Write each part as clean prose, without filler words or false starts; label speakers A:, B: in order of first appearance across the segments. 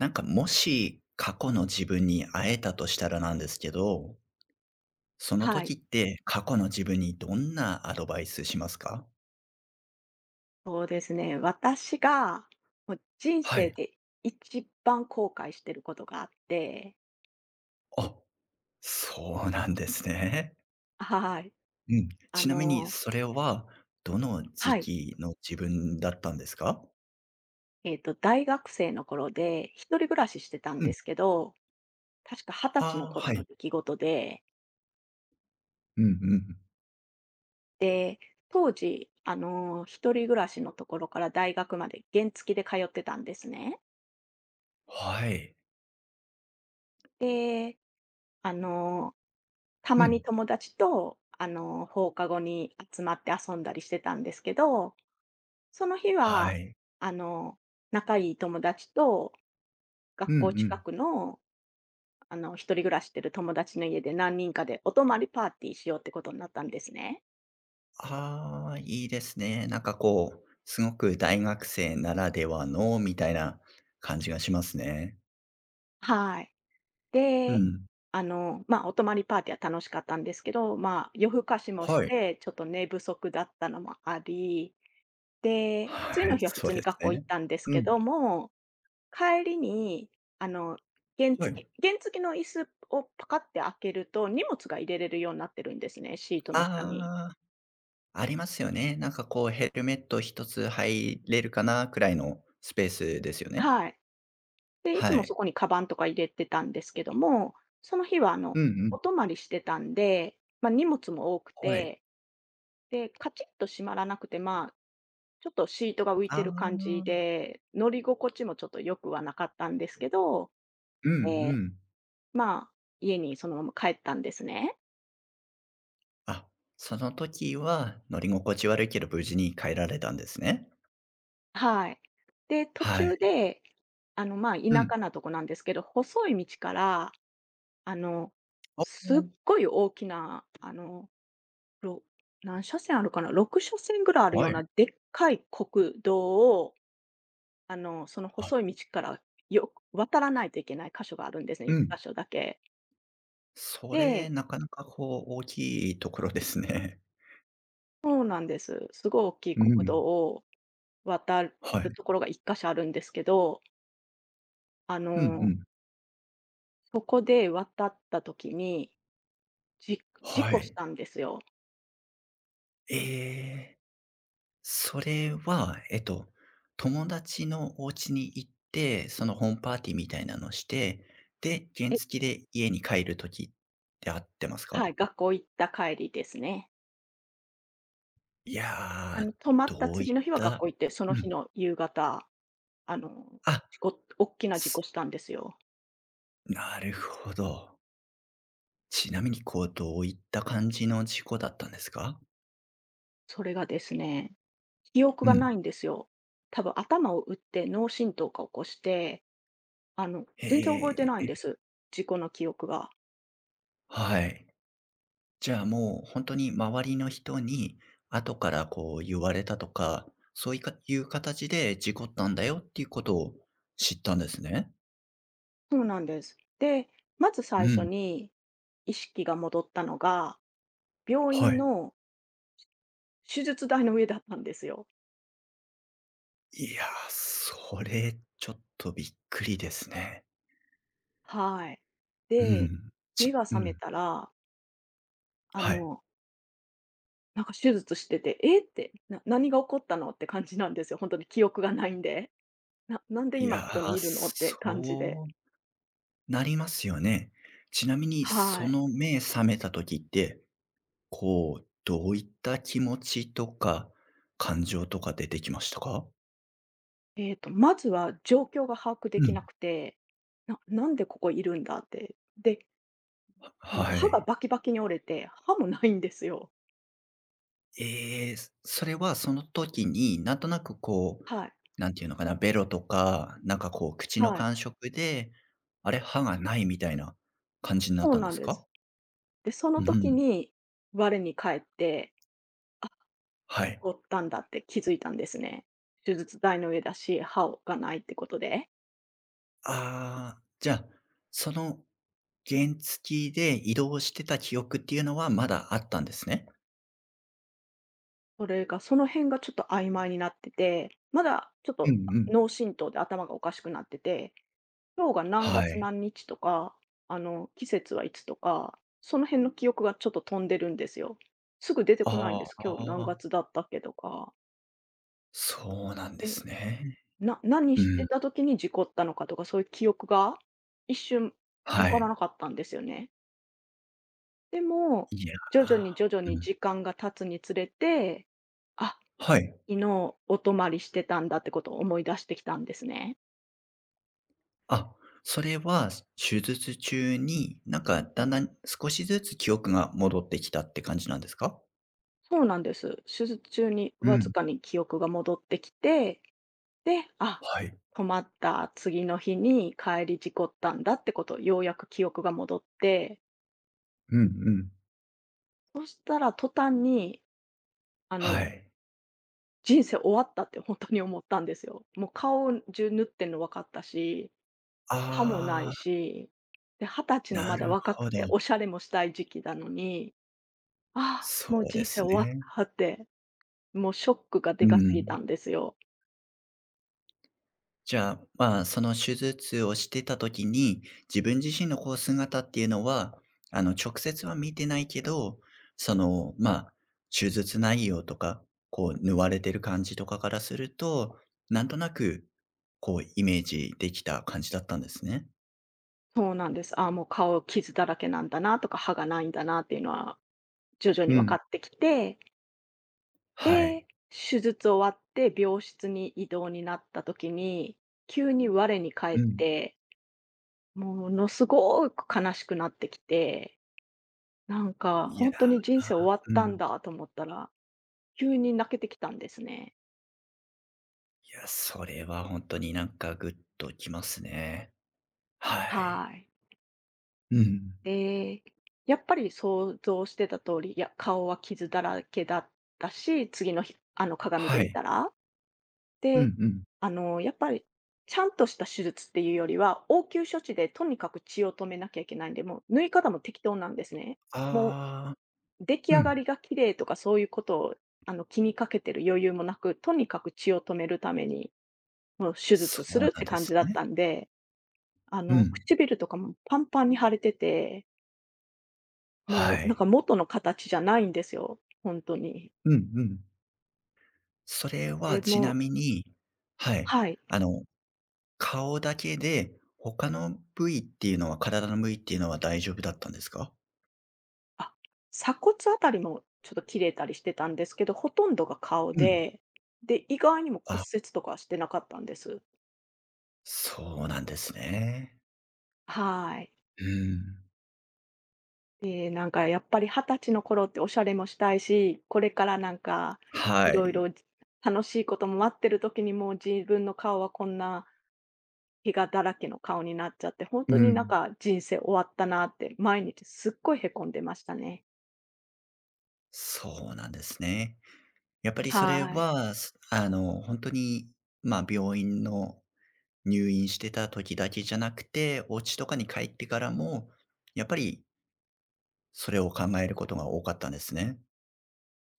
A: なんかもし過去の自分に会えたとしたらなんですけど、その
B: はい、
A: 時って過去の自分にどんなアドバイスしますか？
B: そうですね。私が、もう人
A: は
B: 生
A: い。
B: で一番後悔してることがあって、
A: あ、そうなんですね。
B: はい。
A: うん。
B: あ
A: ちなみに
B: の、
A: それはどの
B: は
A: 時
B: い。
A: 期の自分だったんですか？
B: 大学生の頃で、一人暮らししてたん
A: う
B: で
A: ん。
B: すけど、確か二十歳の
A: ああ、
B: 頃
A: は
B: の
A: い。
B: 出来事で、
A: うんうん。
B: で、当時、一人暮らしのところから大学まで原付で通ってたんですね。
A: はい。
B: で、あの、た
A: う
B: まに
A: ん。
B: 友達と、放課後に集まって遊んだりしてたんですけど、その日
A: は
B: は、
A: い。
B: あの、仲いい友達と、
A: う
B: 学
A: んう
B: 校近
A: ん。
B: くの、一人暮らししてる友達の家で何人かでお泊まりパーティーしようってことになったんですね。
A: ああ、いいですね。なんかこう、すごく大学生ならではのみたいな感じがしますね。
B: はい。
A: う
B: で、
A: ん。
B: まあ、お泊まりパーティーは楽しかったんですけど、まあ、夜更かしもし
A: はい。
B: て、ちょっと寝不足だったのもあり、で、
A: は
B: 次
A: い、
B: の日は普
A: そ
B: 通
A: うで
B: に
A: す
B: 学校行
A: ね。
B: ったんです
A: う
B: け
A: ん。
B: ども、帰りに、あの、原
A: は
B: 付
A: い。
B: き原付きの椅子をパカって開けると、荷物が入れれるようになってるんですね、シートの下に。
A: ああ、ありますよね。なんかこうヘルメット一つ入れるかなくらいのスペースですよね。
B: はい。で、い
A: は
B: つもそ
A: い。
B: こにカバンとか入れてたんですけども、その日は
A: うんう
B: お
A: ん。
B: 泊まりしてたんで、まあ、荷物も多く
A: はい。
B: て、で、カチッと閉まらなくて、まあ、ちょっとシートが浮い
A: あ
B: てる感じ
A: あ、
B: で、乗り心地もちょっと良くはなかったんですけど、
A: うんう
B: で、
A: ん。
B: まあ、家にそのまま帰ったんですね。
A: あ、その時は乗り心地悪いけど無事に帰られたんですね。
B: はい。で、途
A: はい。
B: 中で、まあ、
A: う
B: 田
A: ん。
B: 舎なとこなんですけど、細い道から、あの、
A: あ、
B: すっごい大きな、ろ何車線あるかな、6車線ぐらいあるよ
A: は
B: う
A: い。
B: なでっかい国道を、その
A: あ、
B: 細い道から渡らないといけない箇所があるんですね、
A: うん。
B: 1箇所だけ。
A: それ
B: で、
A: なかなかこう大きいところですね。
B: そうなんです。すごい大きい
A: う
B: 国道
A: ん。
B: を渡る
A: はい。
B: ところが1箇所あるんですけど、あ
A: うんう
B: の、
A: ん。
B: そこで渡った時にじ事
A: は
B: 故し
A: い。
B: たんですよ。
A: ええ、それは、友達のお家に行って、そのホームパーティーみたいなのして、で、原
B: え
A: 付で家に帰る時って合ってますか？
B: はい、学校行った帰りですね。
A: いや、
B: 泊まった
A: どういっ
B: 次の日は学
A: た
B: 校行って、その
A: う
B: 日
A: ん。
B: の夕方、あの、
A: あ、
B: 事故大きな事故
A: す
B: したんですよ。
A: なるほど。ちなみにこう、どういった感じの事故だったんですか？
B: それがですね、記憶
A: う
B: がな
A: ん。
B: いんですよ。多分頭を打って脳震盪か起こして、全然覚えて
A: へ
B: ないん
A: え、
B: です。事故の記憶が。
A: はい。じゃあもう本当に周りの人に、後からこう言われたとか、そういうかいう形で事故ったんだよっていうことを知ったんですね。
B: そうなんです。で、まず
A: う
B: 最初
A: ん。
B: に意識が戻ったのが、病
A: は
B: 院
A: い。
B: の手術台の上だったんですよ。
A: いや、それちょっとびっくりですね。
B: はい。
A: う
B: で、
A: ん。
B: 目が
A: う
B: 覚め
A: ん、
B: たら、あ
A: はい。
B: の、なんか手術してて、「え？」って、何が起こったの？」って感じなんですよ。本当に記憶がないんで。なんで
A: い
B: 今
A: や、
B: ここにいるの？」って感じで。
A: そうなりますよね。ちなみに
B: は
A: そ
B: い。
A: の目覚めた時って、こう、どういった気持ちとか、感情とか出てきましたか？
B: まずは状況が把握で
A: う
B: きな
A: ん。
B: くて、なんでここいるんだ？」って。で、
A: は
B: 歯が
A: い。
B: バキバキに折れて、歯もないんですよ。
A: ええ、それはその時に、なんとなくこう、
B: はい、
A: なんていうのかな、ベロとか、なんかこう口の
B: はい。
A: 感触で、あれ、歯がないみたいな感じになっ
B: そう
A: たん
B: な
A: で
B: ん
A: す
B: です。
A: か？
B: で、そ
A: う
B: の時
A: ん、
B: に我に返って
A: は
B: 事
A: い。
B: 故ったんだって気づいたんですね。手術台の上だし、歯がないってことで。
A: ああ、じゃあ、その原付で移動してた記憶っていうのはまだあったんですね。
B: それが、その辺がちょっと曖昧になってて、まだちょっ
A: う
B: と
A: んうん。
B: 脳震盪で頭がおかしくなってて、今日が何
A: は
B: 月
A: い。
B: 何日とか、季節はいつとか、その辺の記憶がちょっと飛んでるんですよ。すぐ出てこないん
A: ああ、
B: です。今日何
A: あ、
B: 月だったっけとか。
A: そうなんで
B: で、
A: すね。
B: 何
A: う
B: して
A: ん、
B: た時に事故ったのかとか、そういう記憶が一瞬わ
A: は
B: から
A: い。
B: なかったんですよね。でも、
A: いや
B: 徐々に徐々
A: ー、
B: に
A: うん、
B: 時間が経つにつれて、あ、
A: はい。
B: 昨日お泊まりしてたんだってことを思い出してきたんですね。
A: あ、それは手術中に、なんかだんだん少しずつ記憶が戻ってきたって感じなんですか？
B: そうなんです。手術中に
A: う
B: わず
A: ん。
B: かに記憶が戻ってきて、で、あ、
A: はい。
B: 泊まった次の日に帰り事故ったんだってこと、ようやく記憶が戻って、
A: うんうん。
B: そしたら途端に、あ
A: は
B: の、
A: い。
B: 人生終わったって本当に思ったんですよ。もう顔中縫ってんの分かったし、歯もない
A: ああ、
B: し、で、20歳の
A: な
B: まだ
A: る
B: 若く
A: ほ
B: て
A: ど。
B: おしゃれもしたい時期なのに、ああ、
A: そ
B: もう
A: うで
B: 人生
A: す
B: 終わっ
A: ね。
B: たって、もうショックがで
A: う
B: かすぎ
A: ん。
B: たんですよ。
A: じゃあ、まあ、その手術をしてた時に、自分自身のこう姿っていうのは、直接は見てないけど、その、まあ、手術内容とか、こう、縫われてる感じとかからすると、なんとなく、こう、イメージできた感じだったんですね。
B: そうなんです。ああ、もう顔傷だらけなんだなとか、歯がないんだなっていうのは徐々
A: う
B: に分か
A: ん。
B: ってきて、
A: は
B: で、
A: い。
B: 手術終わって病室に移動になった時に、急に我に返っ
A: うん。
B: て、ものすごく悲しくなってきて、なんか
A: いや、
B: 本当に人生終わっ
A: う
B: たん
A: ん。
B: だと思ったら急に泣けてきたんですね。
A: いや、それは本当になんかグッときますね。はい。
B: はい。
A: うん。
B: で、やっぱり想像してた通り、いや、顔は傷だらけだったし、次の日、鏡で
A: は
B: 見
A: い。
B: たら。
A: う
B: で、
A: んうん。
B: やっぱり、ちゃんとした手術っていうよりは、応急処置でとにかく血を止めなきゃいけないんで、もう縫い方も適当なんですね。も
A: ああ。
B: う出来
A: う
B: 上が
A: ん。
B: りが綺麗とかそういうことを気にかけてる余裕もなく、とにかく血を止めるために、もう手
A: そ
B: 術す
A: う
B: るっ
A: なん
B: て
A: で
B: 感
A: す
B: じだっ
A: ね。
B: たんで
A: うん。
B: 唇とかもパンパンに腫れてて、
A: は
B: もうなんか
A: い。
B: 元の形じゃないんですよ、ほんとに。
A: うんうん。それは
B: で、
A: ち
B: も
A: な
B: う
A: みにはい。
B: はい。
A: あの、顔だけで、他の部位っていうのは体の部位っていうのは大丈夫だったんですか？
B: あ、鎖骨あたりもちょっと切れたりしてたんですけど、ほとんどが顔
A: うん。
B: で、で、意外にも骨
A: あ、
B: 折とかはしてなかったんです。
A: そうなんですね。
B: はい。
A: うん。
B: で、なんかやっぱり20歳の頃っておしゃれもしたいし、これからなんか
A: は
B: 色
A: い。
B: 々楽しいことも待ってる時にもう自分の顔はこんなひがだらけの顔になっちゃって、本当
A: う
B: になん
A: ん。
B: か人生終わったなって、毎日すっごいへこんでましたね。
A: そうなんですね。やっぱりそれ
B: はい。
A: は、すあの、本当に、まあ、病院の入院してた時だけじゃなくて、お家とかに帰ってからも、やっぱりそれを考えることが多かったんですね。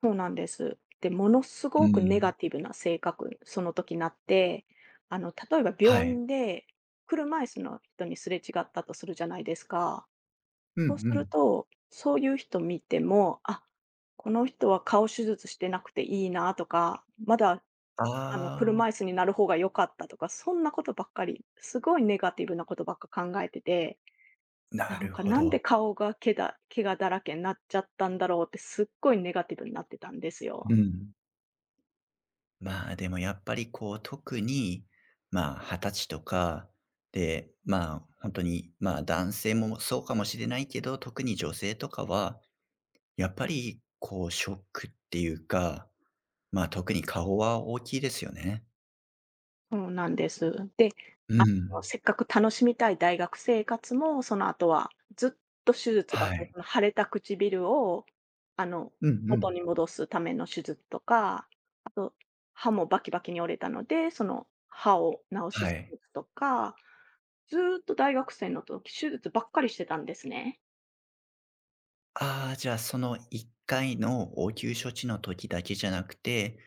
B: そうなんです。で、ものす
A: う
B: ごくネ
A: ん。
B: ガティブな性格その時なって、例えば
A: は
B: 病
A: い。
B: 院で車椅子の人にすれ違ったとするじゃないですか。
A: うんう
B: そうする
A: ん。
B: と、そういう人見ても、あ、この人は顔手術してなくていいなとか、まだ
A: あ
B: 車椅
A: あ、
B: 子になる方が良かったとか、そんなことばっかり、すごいネガティブなことばっか考えてて、
A: な
B: なん
A: る
B: か、
A: ほ
B: なんで
A: ど。
B: 顔が怪我だらけになっちゃったんだろうって、すっごいネガティブになってたんですよ。
A: うん。まあ、でもやっぱりこう特に、まあ、20歳とか、で、まあ、本当に、まあ、男性もそうかもしれないけど、特に女性とかは、やっぱりこうショックっていうか、まあ、特に顔は大きいですよね。
B: そうなんです。で、
A: う
B: あ
A: ん。
B: せっかく楽しみたい大学生活も、その後はずっと手術ばっか
A: は
B: り、
A: い。
B: その腫れた唇を、あの、
A: うんう
B: 元
A: ん。
B: に戻すための手術とか、あと、歯もバキバキに折れたので、その歯を治
A: は
B: す
A: い。
B: 手術とかずーっと大学生の時、手術ばっかりしてたんですね。
A: ああ、じゃあ、その1回の応急処置の時だけじゃなくて、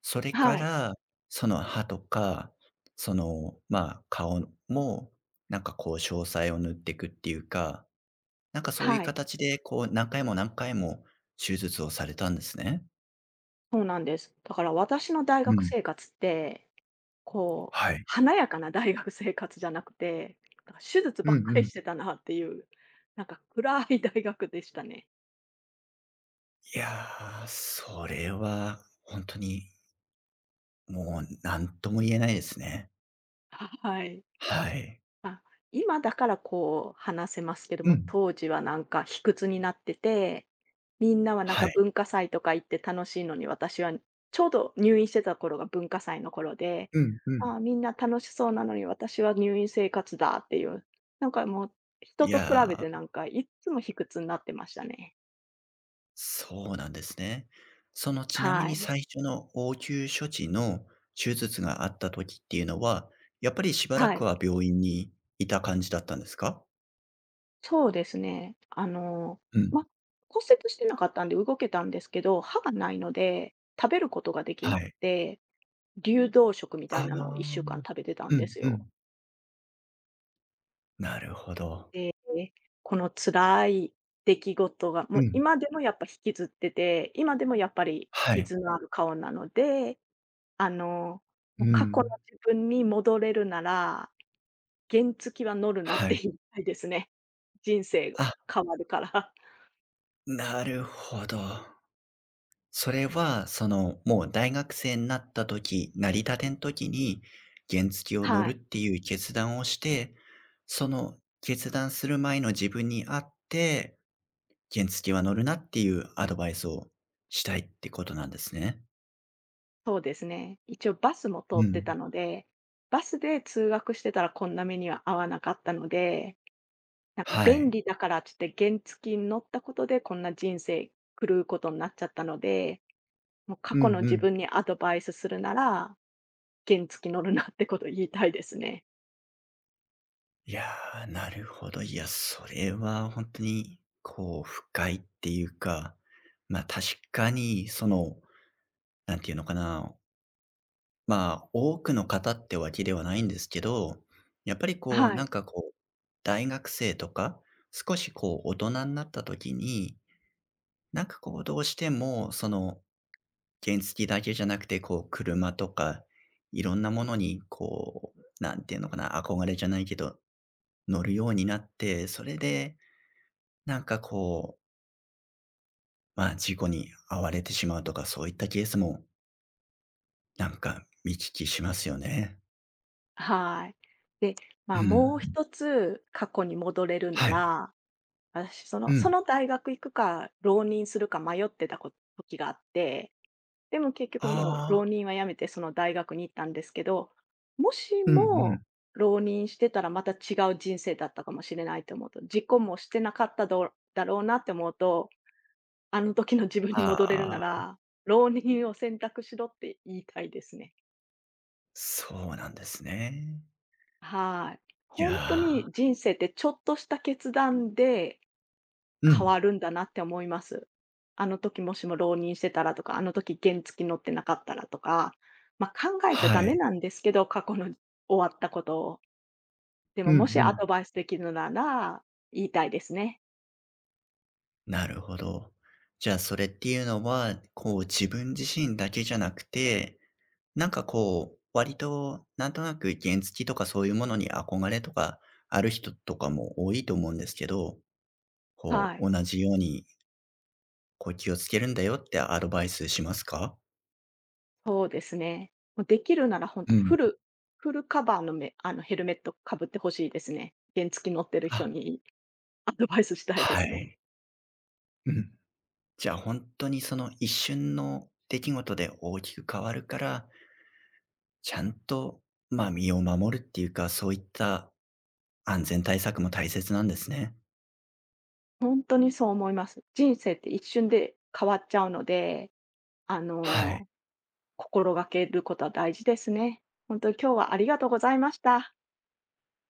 A: それか
B: はい。
A: ら、その歯とか、その、まあ、顔も、なんかこう詳細を塗っていくっていうか、なんかそういう
B: はい。
A: 形でこう何回も何回も手術をされたんですね。
B: そうなんです。だから私の大
A: う
B: 学
A: ん。
B: 生活って、こう、
A: はい。
B: 華やかな大学生活じゃなくて、なんか手術
A: う
B: ば
A: ん
B: っか
A: う
B: りして
A: ん。
B: たなっていう、なんか暗い大学でしたね。
A: いやー、それは本当にもう何とも言えないですね。
B: はい。
A: はい。
B: あ、今だからこう話せますけど
A: う
B: も、
A: ん。
B: 当時はなんか卑屈になってて、みんなはなん
A: は
B: か
A: い。
B: 文化祭とか行って楽しいのに、私はちょうど入院してた頃が文化祭の頃で、
A: うんうん。
B: ああ、みんな楽しそうなのに私は入院生活だっていう、なんかもう人
A: い
B: と比べ
A: や
B: てな
A: ー
B: んかいっつも卑屈になってましたね。
A: そうなんですね。そのちなみ
B: は
A: に
B: い。
A: 最初の応急処置の手術があった時っていうのは、やっぱりしばら
B: はい。
A: くは病院にいた感じだったんですか？
B: そうですね。
A: うん、
B: ま、骨折してなかったんで動けたんですけど、歯がないので、食べることができ
A: は
B: なく
A: い。
B: て流動食みたい
A: あ
B: なのを1
A: あ。
B: 週間食べてたん
A: う
B: で
A: ん
B: す
A: う
B: よ。
A: ん。なるほど。
B: で、この辛い出来事が、も
A: う
B: う
A: ん。
B: 今でもやっぱ引きずってて、今でもやっぱり
A: はい。
B: 傷のある顔なので、あの、
A: う
B: もう過去の
A: ん。
B: 自分に戻れるなら、原付は乗るなっ
A: は
B: て
A: い。
B: 言いたいですね。人生
A: あ、
B: 変わるから。
A: なるほど。それは、その、もう大学生になった時、なりたてん時に、原付を乗
B: は
A: るっ
B: い、
A: ていう決断をして、その決断する前の自分に会って、原付は乗るなっていうアドバイスをしたいってことなんですね。
B: そうですね。一応バスも通
A: う
B: って
A: ん。
B: たので、バスで通学してたらこんな目には合わなかったのでなんか
A: は
B: 便
A: い。
B: 利だからっつって原付に乗ったことでこんな人生狂うことになっちゃったので、もう過
A: う
B: 去
A: ん
B: の
A: う
B: 自
A: ん。
B: 分にアドバイスするなら、原付乗るなってことを言いたいですね。
A: いやー、なるほど。いや、それは本当に、こう、深いっていうか、確かに、その、なんていうのかな、まあ、多くの方ってわけではないんですけど、やっぱりこう、
B: は
A: な
B: い。
A: んかこう、大学生とか、少しこう大人になった時に、なんかこうどうしても、その、原付だけじゃなくて、こう車とか、いろんなものにこう、なんていうのかな、憧れじゃないけど、乗るようになって、それで、なんかこう、まあ事故に遭われてしまうとか、そういったケースも、なんか見聞きしますよね。
B: はい。で、ま
A: う
B: あ、
A: ん。
B: もう一つ過去に戻れるな
A: はい。
B: ら、私そ
A: う
B: のそ
A: ん。
B: の大学行くか浪人するか迷ってた時があってでも結局もう
A: あ
B: 浪
A: あ、
B: 人はやめてその大学に行ったんですけど、もし
A: うんう
B: も
A: ん。
B: 浪人してたらまた違う人生だったかもしれないと思うと、事故もしてなかっただろうなって思うと、あの時の自分に戻れるな
A: ああ、
B: ら、浪人を選択しろって言いたいですね。
A: そうなんですね。
B: はい。
A: い
B: 本当
A: や、
B: に人生ってちょっとした決断で
A: う
B: 変
A: ん。
B: わるんだなって思います。あの時もしも浪人してたらとか、あの時原付乗ってなかったらとか、まあ、考えちゃダ
A: は
B: メ
A: い。
B: なんですけど、過去の終わったことを。で
A: う
B: も
A: ん
B: もし
A: う
B: アド
A: ん。
B: バイスできるなら、言いたいですね。
A: なるほど。じゃあ、それっていうのは、こう、自分自身だけじゃなくて、なんかこう、割となんとなく原付とかそういうものに憧れとかある人とかも多いと思うんですけど、こ
B: はい。
A: う、同じように、こう、気をつけるんだよってアドバイスしますか？
B: そうですね。もうできるなら本
A: う
B: 当フ
A: ん。
B: ルフルカバーのヘルメットかぶってほしいですね。原付乗ってる人
A: あ、
B: にアドバイスしたいで
A: は
B: すね。
A: い。うん。じゃあ、本当にその一瞬の出来事で大きく変わるから、ちゃんと、ま、身を守るっていうか、そういった安全対策も大切なんですね。
B: 本当にそう思います。人生って一瞬で変わっちゃうので、あ
A: はい。
B: の心がけることは大事ですね。本当に今日はありがとうございました。